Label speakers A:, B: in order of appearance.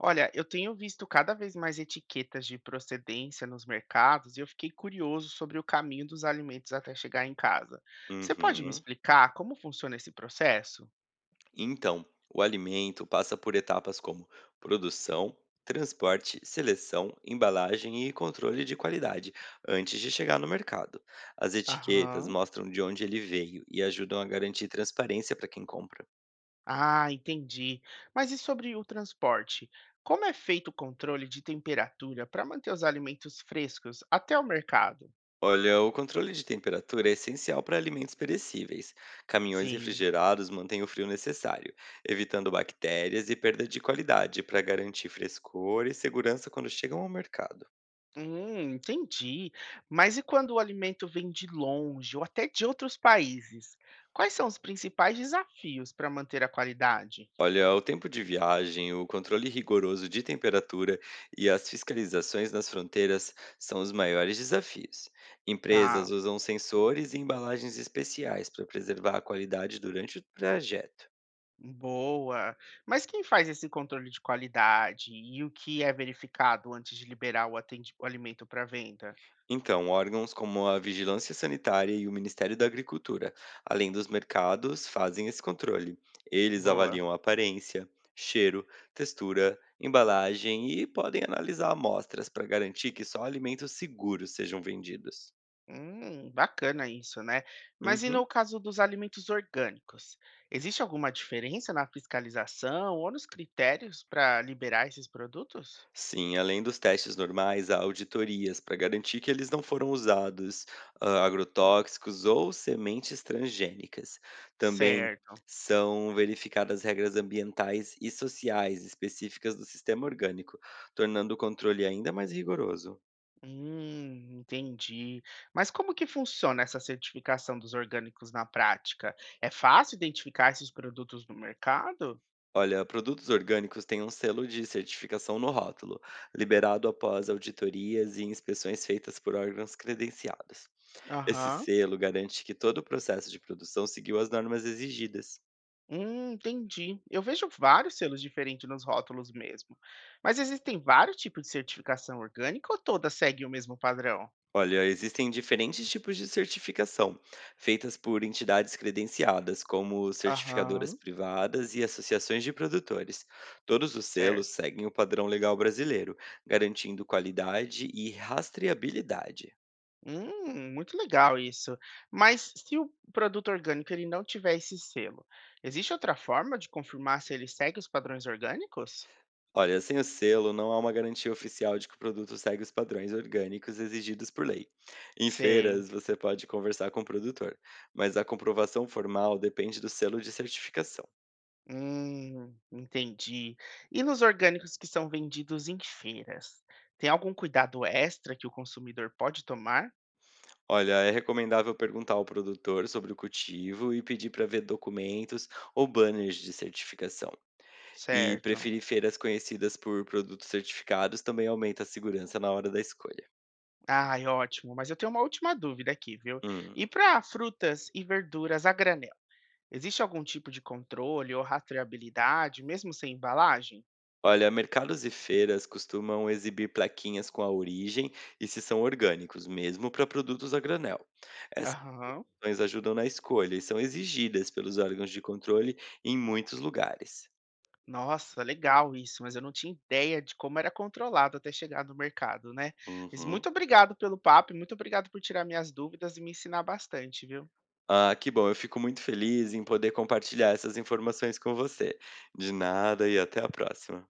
A: Olha, eu tenho visto cada vez mais etiquetas de procedência nos mercados e eu fiquei curioso sobre o caminho dos alimentos até chegar em casa. Você pode me
B: Uhum.
A: explicar como funciona esse processo?
B: Então, o alimento passa por etapas como produção, transporte, seleção, embalagem e controle de qualidade antes de chegar no mercado. As etiquetas
A: Aham.
B: mostram de onde ele veio e ajudam a garantir transparência para quem compra.
A: Ah, entendi. Mas e sobre o transporte? Como é feito o controle de temperatura para manter os alimentos frescos até o mercado?
B: Olha, o controle de temperatura é essencial para alimentos perecíveis. Caminhões
A: Sim.
B: refrigerados mantêm o frio necessário, evitando bactérias e perda de qualidade para garantir frescor e segurança quando chegam ao mercado.
A: Entendi. Mas e quando o alimento vem de longe ou até de outros países? Quais são os principais desafios para manter a qualidade?
B: Olha, o tempo de viagem, o controle rigoroso de temperatura e as fiscalizações nas fronteiras são os maiores desafios.
A: Tá,
B: Empresas usam sensores e embalagens especiais para preservar a qualidade durante o trajeto.
A: boa. Mas quem faz esse controle de qualidade e o que é verificado antes de liberar o alimento para venda?
B: Então, órgãos como a Vigilância Sanitária e o Ministério da Agricultura, além dos mercados, fazem esse controle. Eles
A: Boa.
B: avaliam a aparência, cheiro, textura, embalagem e podem analisar amostras para garantir que só alimentos seguros sejam vendidos.
A: Bacana isso, né? Mas e no
B: Uhum.
A: caso dos alimentos orgânicos? Existe alguma diferença na fiscalização ou nos critérios para liberar esses produtos?
B: Sim, além dos testes normais, há auditorias para garantir que eles não foram usados agrotóxicos ou sementes transgênicas. Também
A: Certo.
B: são verificadas regras ambientais e sociais específicas do sistema orgânico, tornando o controle ainda mais rigoroso.
A: Entendi. Mas como que funciona essa certificação dos orgânicos na prática? É fácil identificar esses produtos no mercado?
B: Olha, produtos orgânicos têm um selo de certificação no rótulo, liberado após auditorias e inspeções feitas por órgãos credenciados. Esse
A: Aham.
B: selo garante que todo o processo de produção seguiu as normas exigidas.
A: Entendi. Eu vejo vários selos diferentes nos rótulos mesmo. Mas existem vários tipos de certificação orgânica ou todas seguem o mesmo padrão?
B: Olha, existem diferentes tipos de certificação, feitas por entidades credenciadas, como certificadoras
A: Aham,
B: privadas e associações de produtores. Todos os selos
A: certo.
B: seguem o padrão legal brasileiro, garantindo qualidade e rastreabilidade.
A: Muito legal isso. Mas se o produto orgânico ele não tiver esse selo, existe outra forma de confirmar se ele segue os padrões orgânicos?
B: Olha, sem o selo, não há uma garantia oficial de que o produto segue os padrões orgânicos exigidos por lei. Em
A: Sei.
B: feiras, você pode conversar com o produtor, mas a comprovação formal depende do selo de certificação.
A: Entendi. E nos orgânicos que são vendidos em feiras, tem algum cuidado extra que o consumidor pode tomar?
B: Olha, é recomendável perguntar ao produtor sobre o cultivo e pedir para ver documentos ou banners de certificação. E
A: Certo.
B: preferir feiras conhecidas por produtos certificados também aumenta a segurança na hora da escolha.
A: Ai, ótimo. Mas eu tenho uma última dúvida aqui, viu?
B: Hum.
A: E para frutas e verduras a granel, existe algum tipo de controle ou rastreabilidade, mesmo sem embalagem?
B: Olha, mercados e feiras costumam exibir plaquinhas com a origem e se são orgânicos, mesmo para produtos a granel. Essas
A: Aham.
B: ações ajudam na escolha e são exigidas pelos órgãos de controle em muitos lugares.
A: Nossa, legal isso, mas eu não tinha ideia de como era controlado até chegar no mercado, né? Mas
B: Uhum.
A: muito obrigado pelo papo e muito obrigado por tirar minhas dúvidas e me ensinar bastante, viu?
B: Ah, que bom, eu fico muito feliz em poder compartilhar essas informações com você. De nada e até a próxima.